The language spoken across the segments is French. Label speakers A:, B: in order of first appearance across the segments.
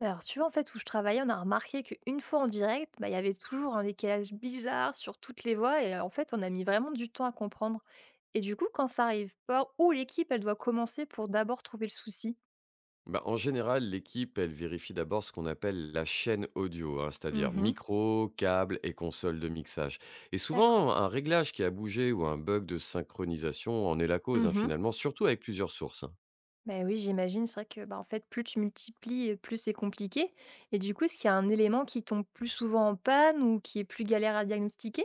A: Alors, tu vois, en fait, où je travaillais, on a remarqué qu'une fois en direct, bah, il y avait toujours un décalage bizarre sur toutes les voix et en fait, on a mis vraiment du temps à comprendre. Et du coup, quand ça arrive pas, où l'équipe, elle doit commencer pour d'abord trouver le souci.
B: Bah, en général, l'équipe, elle vérifie d'abord ce qu'on appelle la chaîne audio, hein, c'est-à-dire
A: Mhm.
B: micro, câble et console de mixage. Et
A: D'accord.
B: souvent, un réglage qui a bougé ou un bug de synchronisation en est la cause, hein,
A: Mhm.
B: finalement, surtout avec plusieurs sources, hein.
A: Bah oui, j'imagine, c'est vrai que bah, en fait, plus tu multiplies, plus c'est compliqué. Et du coup, est-ce qu'il y a un élément qui tombe plus souvent en panne ou qui est plus galère à diagnostiquer?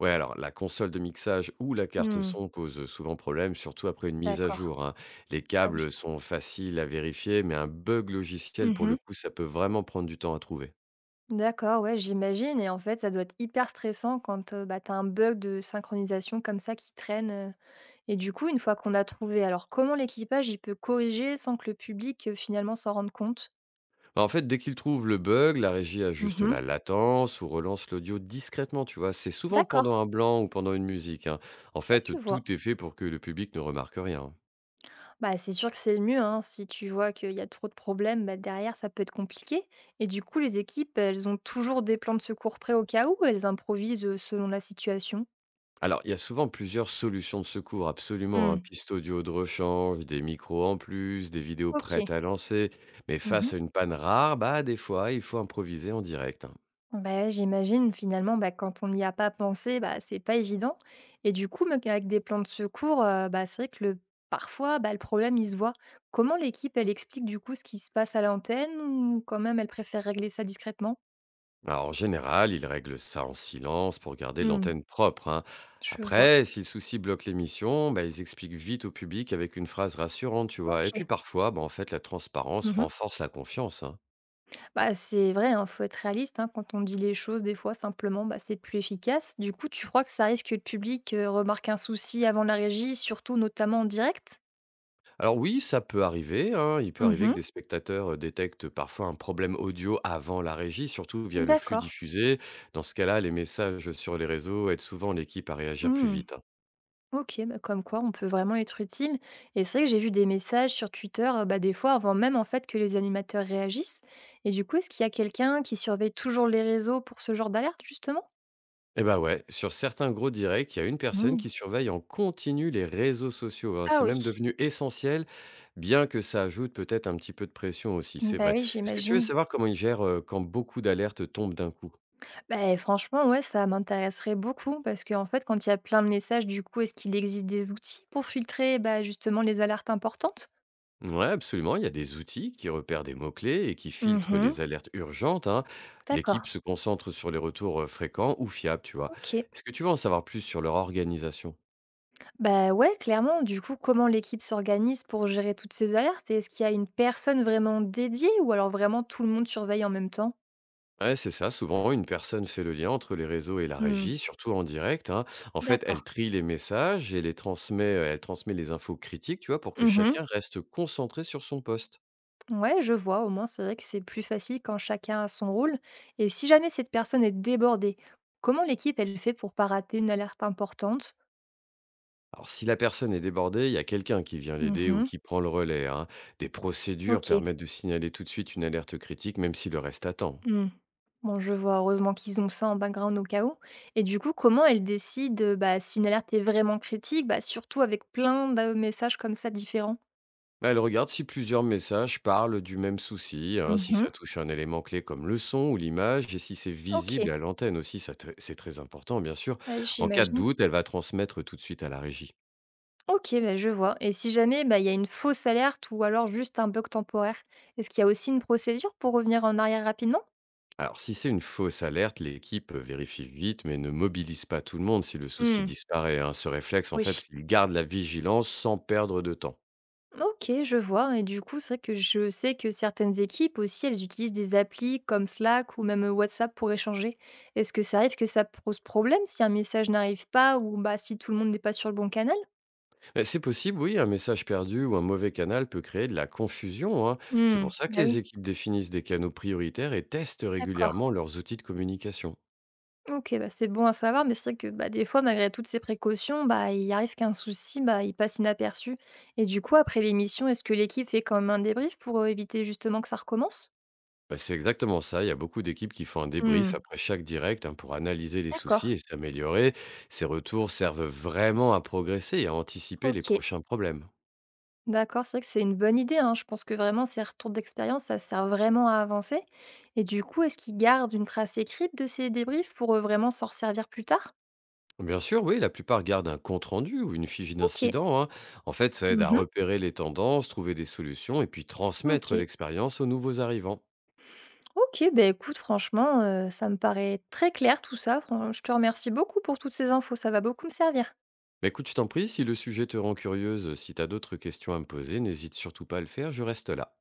B: Ouais, alors la console de mixage ou la carte
A: Hmm.
B: son pose souvent problème, surtout après une mise à
A: D'accord.
B: jour, hein. Les
A: Ah oui.
B: câbles sont faciles à vérifier, mais un bug logiciel, pour le coup, ça peut vraiment prendre du temps à trouver.
A: D'accord, ouais, j'imagine, et en fait, ça doit être hyper stressant quand, bah, tu as un bug de synchronisation comme ça qui traîne, et du coup, une fois qu'on a trouvé, alors comment l'équipage, il peut corriger sans que le public, finalement s'en rende compte?
B: Bah, en fait, dès qu'ils trouvent le bug, la régie ajuste
A: Mmh.
B: la latence ou relance l'audio discrètement, tu vois. C'est souvent
A: D'accord,
B: pendant un blanc ou pendant une musique, hein. En
A: ouais, je
B: fait,
A: vois.
B: tout est fait pour que le public ne remarque rien.
A: Bah, c'est sûr que c'est le mieux, hein, si tu vois qu'il y a trop de problèmes, bah, derrière, ça peut être compliqué, et du coup, les équipes, elles ont toujours des plans de secours prêts au cas où, ou elles improvisent, selon la situation?
B: Alors, il y a souvent plusieurs solutions de secours, absolument. Hein.
A: Mmh.
B: Piste audio de rechange, des micros en plus, des vidéos prêtes
A: OK.
B: à lancer. Mais
A: Mmh.
B: face à une panne rare, bah, des fois, il faut improviser en direct, hein.
A: Bah, j'imagine finalement, bah, quand on n'y a pas pensé, bah, c'est pas évident. Et du coup, même avec des plans de secours, bah, c'est vrai que le parfois, bah, le problème, il se voit. Comment l'équipe, elle explique du coup ce qui se passe à l'antenne, ou quand même elle préfère régler ça discrètement?
B: Alors, en général, ils règlent ça en silence pour garder
A: Mmh,
B: l'antenne propre, hein.
A: je vois.
B: Après, si le souci bloque l'émission, bah, ils expliquent vite au public avec une phrase rassurante, tu vois. Et puis
A: OK.
B: parfois, bah, en fait, la transparence
A: Mmh.
B: renforce la confiance, hein.
A: Bah, c'est vrai, hein, faut être réaliste, hein, quand on dit les choses des fois simplement, bah, c'est plus efficace. Du coup, tu crois que ça arrive que le public, remarque un souci avant la régie, surtout notamment en direct?
B: Alors oui, ça peut arriver, hein. Il peut arriver
A: Mmh.
B: que des spectateurs détectent parfois un problème audio avant la régie, surtout via le flux
A: D'accord.
B: diffusé. Dans ce cas-là, les messages sur les réseaux aident souvent l'équipe à réagir plus
A: Mmh.
B: vite, hein.
A: OK, bah, comme quoi on peut vraiment être utile. Et c'est vrai que j'ai vu des messages sur Twitter, bah, des fois avant même en fait que les animateurs réagissent. Et du coup, est-ce qu'il y a quelqu'un qui surveille toujours les réseaux pour ce genre d'alerte justement?
B: Eh ben ouais, sur certains gros directs, il y a une personne
A: Mm.
B: qui surveille en continu les réseaux sociaux, hein.
A: Ah
B: C'est
A: oui,
B: même devenu essentiel, bien que ça ajoute peut-être un petit peu de pression aussi, c'est
A: bah
B: vrai.
A: oui,
B: Est-ce que tu veux
A: j'imagine.
B: savoir comment ils gèrent, quand beaucoup d'alertes tombent d'un coup?
A: Bah, franchement, ouais, ça m'intéresserait beaucoup parce qu'en fait, quand il y a plein de messages, du coup, est-ce qu'il existe des outils pour filtrer, bah, justement les alertes importantes?
B: Ouais, absolument, il y a des outils qui repèrent des mots-clés et qui filtrent
A: Mhm,
B: les alertes urgentes, hein. L'équipe
A: d'accord.
B: se concentre sur les retours, fréquents ou fiables, tu vois?
A: Ok.
B: Est-ce que tu veux en savoir plus sur leur organisation?
A: Bah ouais, clairement. Du coup, comment l'équipe s'organise pour gérer toutes ces alertes? Et est-ce qu'il y a une personne vraiment dédiée, ou alors vraiment tout le monde surveille en même temps?
B: Ouais, c'est ça. Souvent, une personne fait le lien entre les réseaux et la
A: Hmm,
B: régie, surtout en direct, hein. En fait, elle
A: d'accord.
B: trie les messages et les transmet, elle transmet les infos critiques, tu vois, pour que
A: Mhm.
B: chacun reste concentré sur son poste.
A: Ouais, je vois. Au moins, c'est vrai que c'est plus facile quand chacun a son rôle. Et si jamais cette personne est débordée, comment l'équipe elle fait pour pas rater une alerte importante?
B: Alors, si la personne est débordée, il y a quelqu'un qui vient l'aider ou
A: Mhm.
B: qui prend le relais, hein. Des procédures
A: Ok.
B: permettent de signaler tout de suite une alerte critique, même si le reste attend.
A: Mmh. Bon, je vois, heureusement qu'ils ont ça en background au cas où. Et du coup, comment elle décide, bah, si une alerte est vraiment critique? Bah, surtout avec plein de messages comme ça différents?
B: Bah, elle regarde si plusieurs messages parlent du même souci, hein, si
A: Mmh.
B: ça touche un élément clé comme le son ou l'image, et si c'est visible
A: OK.
B: à l'antenne aussi, c'est très important bien sûr.
A: Ouais,
B: En cas de
A: j'imagine.
B: doute, elle va transmettre tout de suite à la régie.
A: OK, bah, je vois. Et si jamais, bah, il y a une fausse alerte ou alors juste un bug temporaire, est-ce qu'il y a aussi une procédure pour revenir en arrière rapidement?
B: Alors si c'est une fausse alerte, l'équipe vérifie vite, mais ne mobilise pas tout le monde si le souci
A: Mmh.
B: disparaît, hein. Ce réflexe, en
A: Oui.
B: fait, il garde la vigilance sans perdre de temps.
A: OK, je vois, et du coup, c'est vrai que je sais que certaines équipes aussi, elles utilisent des applis comme Slack ou même WhatsApp pour échanger. Est-ce que ça arrive que ça pose problème si un message n'arrive pas, ou, bah, si tout le monde n'est pas sur le bon canal?
B: Bah, c'est possible, oui, un message perdu ou un mauvais canal peut créer de la confusion, hein. C'est
A: Mmh,
B: pour ça que
A: bah, oui,
B: les équipes définissent des canaux prioritaires et testent
A: d'accord.
B: régulièrement leurs outils de communication.
A: OK, bah, c'est bon à savoir, mais c'est vrai que, bah, des fois, malgré toutes ces précautions, bah, il arrive qu'un souci, bah, il passe inaperçu, et du coup, après l'émission, est-ce que l'équipe fait quand même un débrief pour, éviter justement que ça recommence?
B: Bah, c'est exactement ça, il y a beaucoup d'équipes qui font un débrief
A: Mmh,
B: après chaque direct, hein, pour analyser les soucis
A: d'accord.
B: et s'améliorer. Ces retours servent vraiment à progresser et à anticiper les
A: OK.
B: prochains problèmes.
A: D'accord, c'est vrai que c'est une bonne idée, hein. Je pense que vraiment ces retours d'expérience, ça sert vraiment à avancer. Et du coup, est-ce qu'ils gardent une trace écrite de ces débriefs pour, vraiment s'en resservir plus tard?
B: Bien sûr, oui, la plupart gardent un compte-rendu ou une fiche
A: OK.
B: d'incident, hein. En fait, ça aide à
A: Mmh.
B: repérer les tendances, trouver des solutions et puis transmettre
A: OK.
B: l'expérience aux nouveaux arrivants.
A: OK, beh, écoute franchement, ça me paraît très clair tout ça. Fran Je te remercie beaucoup pour toutes ces infos, ça va beaucoup me servir.
B: Bah écoute, je t'en prie, si le sujet te rend curieuse, si t'as d'autres questions à me poser, n'hésite surtout pas à le faire, je reste là.